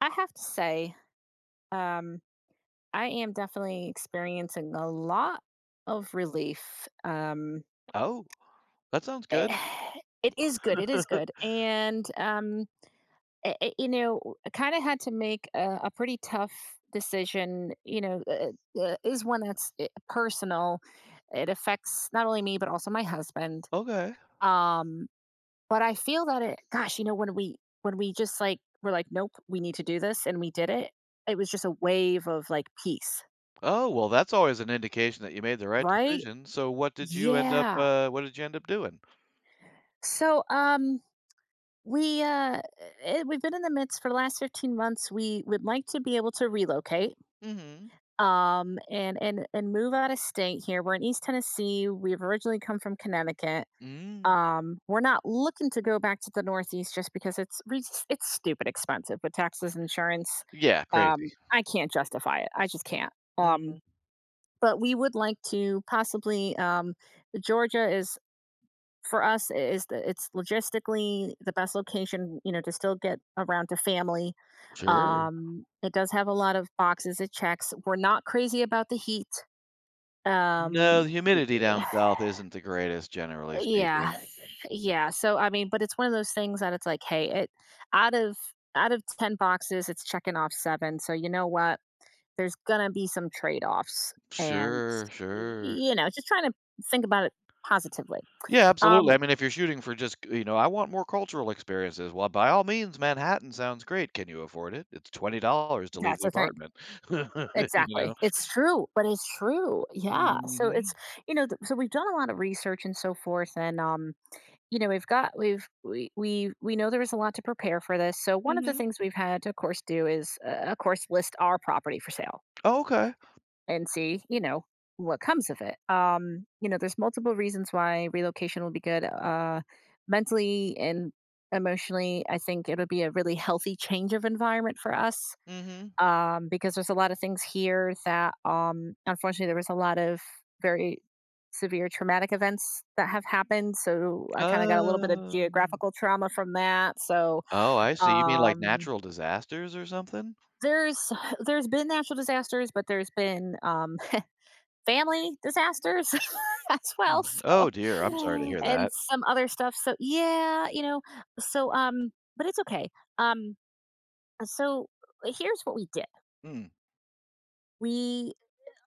I have to say, um, I am definitely experiencing a lot of relief. Oh, that sounds eh, good. it is good. It is good. And, i i- you know, I kind of had to make a pretty tough decision. Is one that's personal. It affects not only me, but also my husband. Okay. Um, but I feel that it, gosh, when we, just like, we're like, nope, we need to do this. And we did it. It was just a wave of like peace. Oh, well, that's always an indication that you made the right Right? decision. So Yeah. What did you end up doing? So, we uh, we've been in the midst for the last 15 months. We would like to be able to relocate, Mhm. And move out of state. Here, we're in East Tennessee. We've originally come from Connecticut. Mm. We're not looking to go back to the Northeast just because it's stupid expensive with taxes, insurance. Yeah, crazy. I can't justify it. I just can't. Um, Mhm. but we would like to possibly. Georgia is for us is that it's logistically the best location to still get around to family. Sure. It does have a lot of boxes it checks. We're not crazy about the heat. No, um the humidity y- down south isn't the greatest, generally yeah, speaking. yeah, so I mean, but it's one of those things that it's like, hey, it out of out of 10 boxes it's checking off seven, so you know what, there's gonna be some trade-offs. And Sure, sure. Just trying to think about it positively. Yeah, absolutely. um I mean, if you're shooting for just, you know, I want more cultural experiences. Well, by all means, Manhattan sounds great. Can you afford it? It's $20 to leave that's the the thing. apartment. You Exactly. know? It's true, but it's true. Yeah. So Hmm. it's, so we've done a lot of research and so forth, and we've got, we've we know there was a lot to prepare for this. So one of the Hmm. things we've had to of course do is of course list our property for sale Oh, okay. and see, what comes of it. There's multiple reasons why relocation will be good, mentally and emotionally. I think it'll be a really healthy change of environment for us, Mhm. Because there's a lot of things here that, unfortunately, there was a lot of very severe traumatic events that have happened. So I kind of got a little bit of Oh. geographical trauma from that. So, Oh, I see. You mean like um, natural disasters or something? there's there's been natural disasters, but there's been, family disasters as well. Mm. So. Oh, dear. I'm sorry to Mm. hear And that. some other stuff. So yeah. So but it's okay. Um, so here's what we did. Mm. We,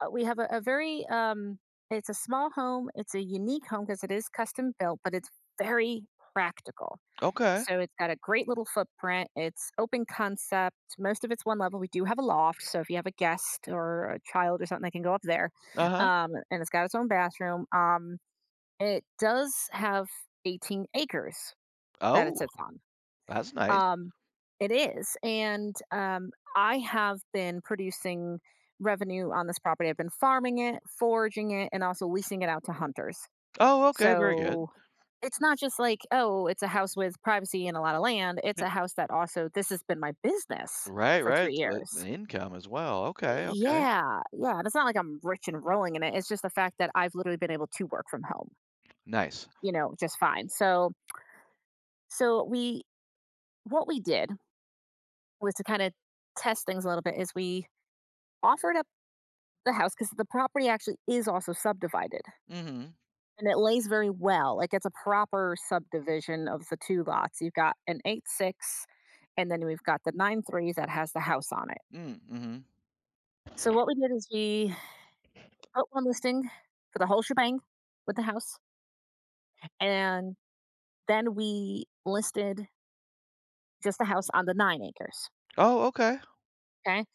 have a very, it's a small home. It's a unique home because it is custom built, but it's very practical. Okay. So it's got a great little footprint. It's open concept. Most of it's one level. We do have a loft, so if you have a guest or a child or something, they can go up there. Uh-huh. And it's got its own bathroom. It does have 18 acres that it Oh, sits on. that's nice. um, it is, and, I have been producing revenue on this property. I've been farming it, foraging it, and also leasing it out to hunters. Oh, okay. Very good. So, it's not just like, "Oh, it's a house with privacy and a lot of land." It's N a house that also this has been my business Right, for right. 3 It's what an years. income as well. Okay, okay. Yeah, yeah, and it's not like I'm rich and rolling in it. It's just the fact that I've literally been able to work from home, Nice. Just fine. So we what we did was to kinda test things a little bit is we offered up the house because the property actually is also subdivided, Mhm. and it lays very well. Like it's a proper subdivision of the two lots. You've got an 8 6, and then we've got the 9 3 that has the house on it. Mm, mhm. So, what we did is we put one listing for the whole shebang with the house, and then we listed just the house on the 9 acres. Oh, okay. Okay.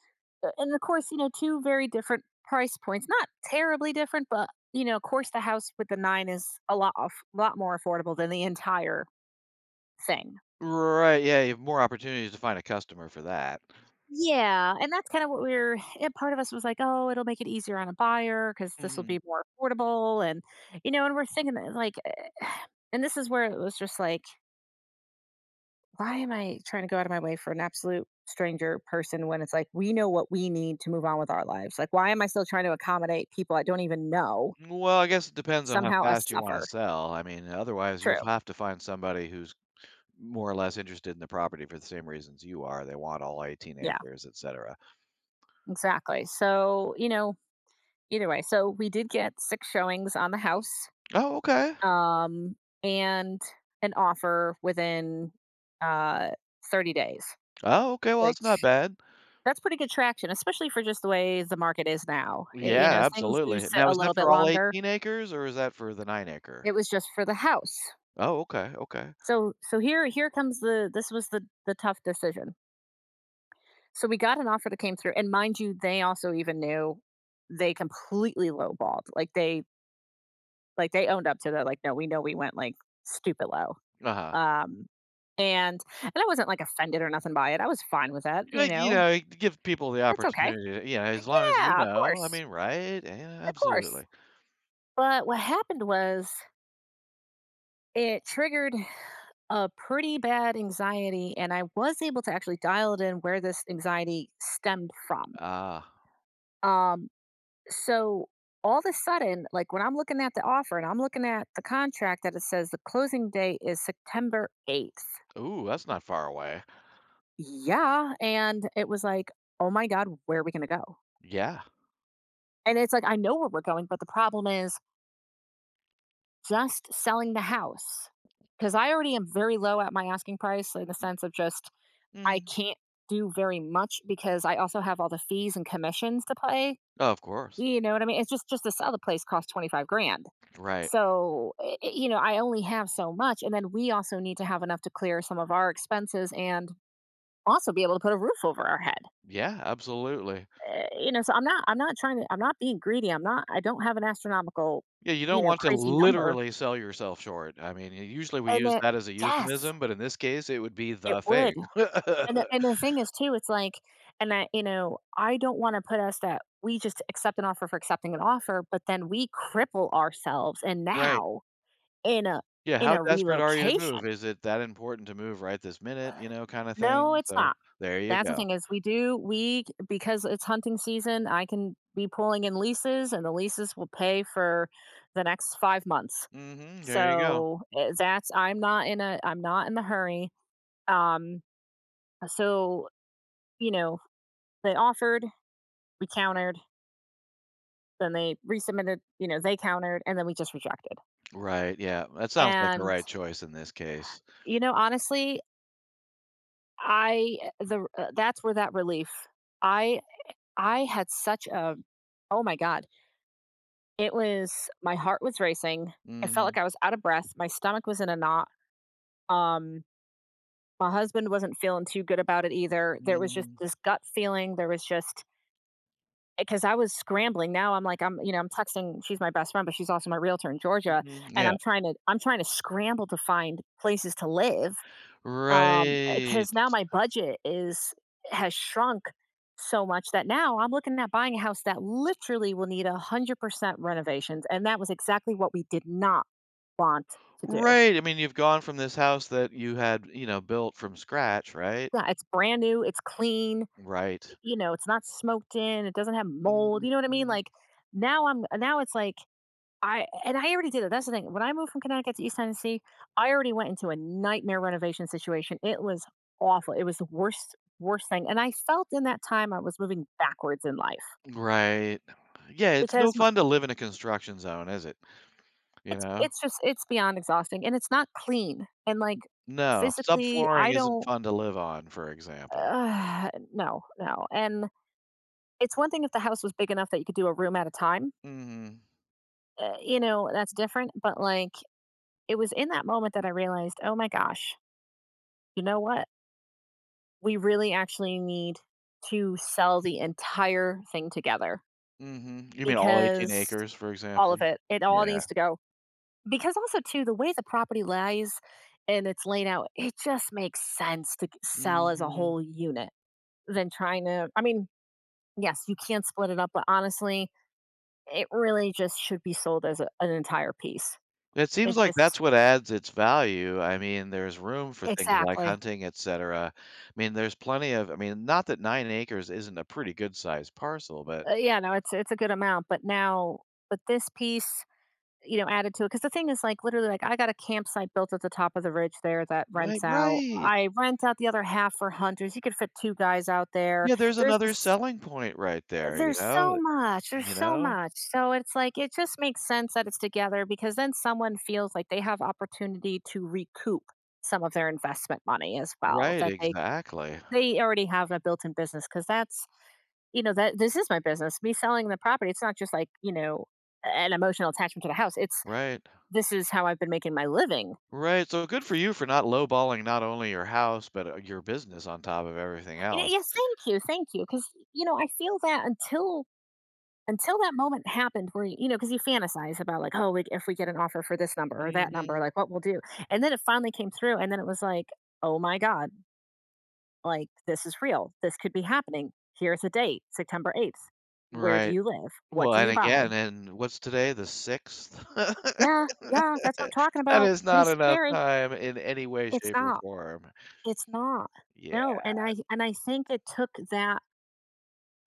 And of course, two very different price points. Not terribly different, but, of course, the house with the nine is a lot off, lot more affordable than the entire thing. Right. Yeah, you have more opportunities to find a customer for that. Yeah, and that's kind of what we were. And part of us was like, "Oh, it'll make it easier on a buyer because this will be Mhm. more affordable." And we're thinking that like, and this is where it was just like, "Why am I trying to go out of my way for an absolute stranger person when it's like we know what we need to move on with our lives? Like, why am I still trying to accommodate people I don't even know? Well, I guess it depends on how Somehow, us fast you wanna suffer." sell. I mean, otherwise, you'll True. have to find somebody who's more or less interested in the property for the same reasons you are. They want all 18 Yeah, acres, et cetera. exactly. So, either way, so we did get 6 showings on the house, Oh, okay. um, and an offer within, uh, 30 days, Oh, okay. Well, which that's not bad. that's pretty good traction, especially for just the way the market is now. Y you know, Yeah, things do absolutely. sit Now, a is little that bit for all longer. 18 acres or is that for the 9 acre? It was just for the house. Oh, okay. Okay. So here comes the this was the tough decision. So we got an offer that came through, and mind you, they also even knew they completely lowballed, like, they like, they owned up to that, like, "No, we know we went, like, stupid low." Uh-huh. Um, and I wasn't, like, offended or nothing by it. I was fine with that, you Like, you know? know, give people the It's okay. opportunity. Yeah, as long as you Yeah, of know. I course, mean, right? Yeah, of course. absolutely. But what happened was, it triggered a pretty bad anxiety, and I was able to actually dial it in where this anxiety stemmed from. Ah, Um, so all of a sudden, like, when I'm looking at the offer and I'm looking at the contract that it says the closing date is September 8th. ooh, that's not far away. Yeah, and it was like, "Oh my god, where are we gonna go?" Yeah. And it's like, I know where we're going, but the problem is just selling the house because I already am very low at my asking price in the sense of just, I Mhm. can't do very much because I also have all the fees and commissions to pay, Oh, of course. you know what I mean? It's just, to sell the place costs 25 grand. Right. So, I only have so much, and then we also need to have enough to clear some of our expenses and also be able to put a roof over our head. Yeah, absolutely. So I'm not trying to, I'm not being greedy, I don't have an astronomical, Yeah, you don't want to crazy number, literally sell yourself short. I mean, u usually we and use that. that as a Yes, euphemism, but in this case, it would be it the would, thing. and the and the thing is too, it's like, and that, I don't wanna put us that we just accept an offer for accepting an offer, but then we cripple ourselves, and Right. now in a Yeah, in how a desperate are you to move? relocation. Is it that important to move right this minute, you know, kinda No, thing? it's So, not. there you That's the go. thing is, we do we because it's hunting season, I can be pulling in leases, and the leases will pay for the next 5 months. Mhm, there you go. So, that's, I'm not in the hurry. Um, so, you know, they offered, we countered, then they resubmitted, they countered, and then we just rejected. Right, yeah, that sounds like the And, right choice in this case. Honestly, I eh, the that's where that relief, I I had such a, oh my god, it was my heart was racing. I felt Mhm, like I was out of breath. My stomach was in a knot. Um, my husband wasn't feeling too good about it either. There was just mhm, this gut feeling. There was just, because I was scrambling. Now I'm like, I'm texting. She's my best friend, but she's also my realtor in Georgia, mhm, and yeah. I'm trying to scramble to find places to live. Right. Because now my budget is, has shrunk so much that now I'm looking at buying a house that literally will need 100% renovations, and that was exactly what we did not want to do. Right, I mean, you've gone from this house that you had, you know, built from scratch, right? Yeah, it's brand new, it's clean, Right. It's not smoked in, it doesn't have mold. You know what I mean? Mhm. Like, now it's like, I already did it. That's the thing. When I moved from Connecticut to East Tennessee, I already went into a nightmare renovation situation. It was awful. It was the worst, worst thing. And I felt in that time I was moving backwards in life Right. Yeah, it's no because my, fun to live in a construction zone, is it? You it's know? it's just it's beyond exhausting and it's not clean. And like No, physically, I subflooring isn't don't, fun to live on, for example. No, no. And it's one thing if the house was big enough that you could do a room at a time. Mhm. That's different, but like it was in that moment that I realized, "Oh my gosh, you know what? We really actually need to sell the entire thing together, Mhm. You mean all 18 because acres, for all of example? it, it all Yeah. needs to go. Because also, too, the way the property lies and it's laid out, it just makes sense to sell as a Mhm. whole unit than trying to. I mean, yes, you can split it up, but honestly, it really just should be sold as an entire piece. It seems It like just that's what adds its value. I mean, there's room for things like exactly, hunting, et cetera. I mean, there's plenty of I mean, not that 9 acres isn't a pretty good sized parcel, but yeah, no, it's a good amount, but now, but this piece. You know, added to it because the thing is, like, literally, like, I got a campsite built at the top of the ridge there that right, rents out. right. I rent out the other half for hunters. You could fit 2 guys out there. Yeah, there's There's another this selling point right there, you there's so know? much, there's You so know? much. So it's like, it just makes sense that it's together because then someone feels like they have opportunity to recoup some of their investment money as well, Right, that they exactly. they already have a built-in business because that's, that this is my business. Me selling the property, it's not just like, an emotional attachment to the house. It's Right. this is how I've been making my living. Right, so good for you for not lowballing not only your house, but, your business on top of everything You know, else. yes, thank you, thank you. Cause, I feel that, until that moment happened where, because you fantasize about like, oh, if we get an offer for this number or that Mhm. number, like what we'll do. And then it finally came through, and then it was like, oh my god, like this is real. This could be happening. Here's a date, September 8th. Where do Right. you live? What Well, do and you buy? again, and what's today, the 6th? Yeah, yeah, that's what I'm talking That about. is Pretty not enough scary. time in any way, It's shape, or not. form. It's not. Yeah. No, and I think it took that,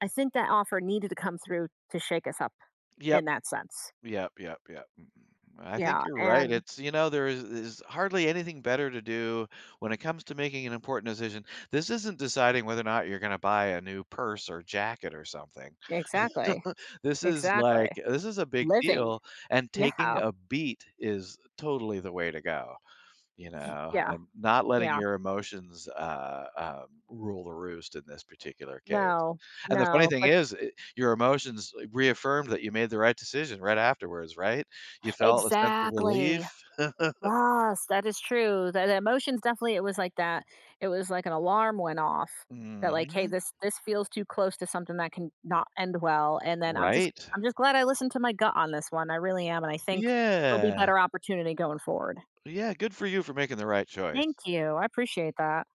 I think that offer needed to come through to shake us up Yep. in that sense. Yep, yep, yep. Mm, I think Yeah, you're right. and It's you know, there is hardly anything better to do when it comes to making an important decision. This isn't deciding whether or not you're going to buy a new purse or jacket or something. exactly, This is exactly. like this is a big Living. deal, and taking Yeah, a beat is totally the way to go, you know, yeah, and not letting yeah. your emotions, rule the roost in this particular case. No, And the funny no, thing but is, your emotions reaffirmed that you made the right decision right afterwards, right? You felt a sense of exactly. relief. Yes, that is true. The emotions definitely. It was like that. It was like an alarm went off that like, hey, Mhm. this feels too close to something that can not end well. And then I'm just Right? I'm just glad I listened to my gut on this one. I really am, and I think there'll be Yeah. better opportunity going forward. Yeah, good for you for making the right choice. Thank you. I appreciate that.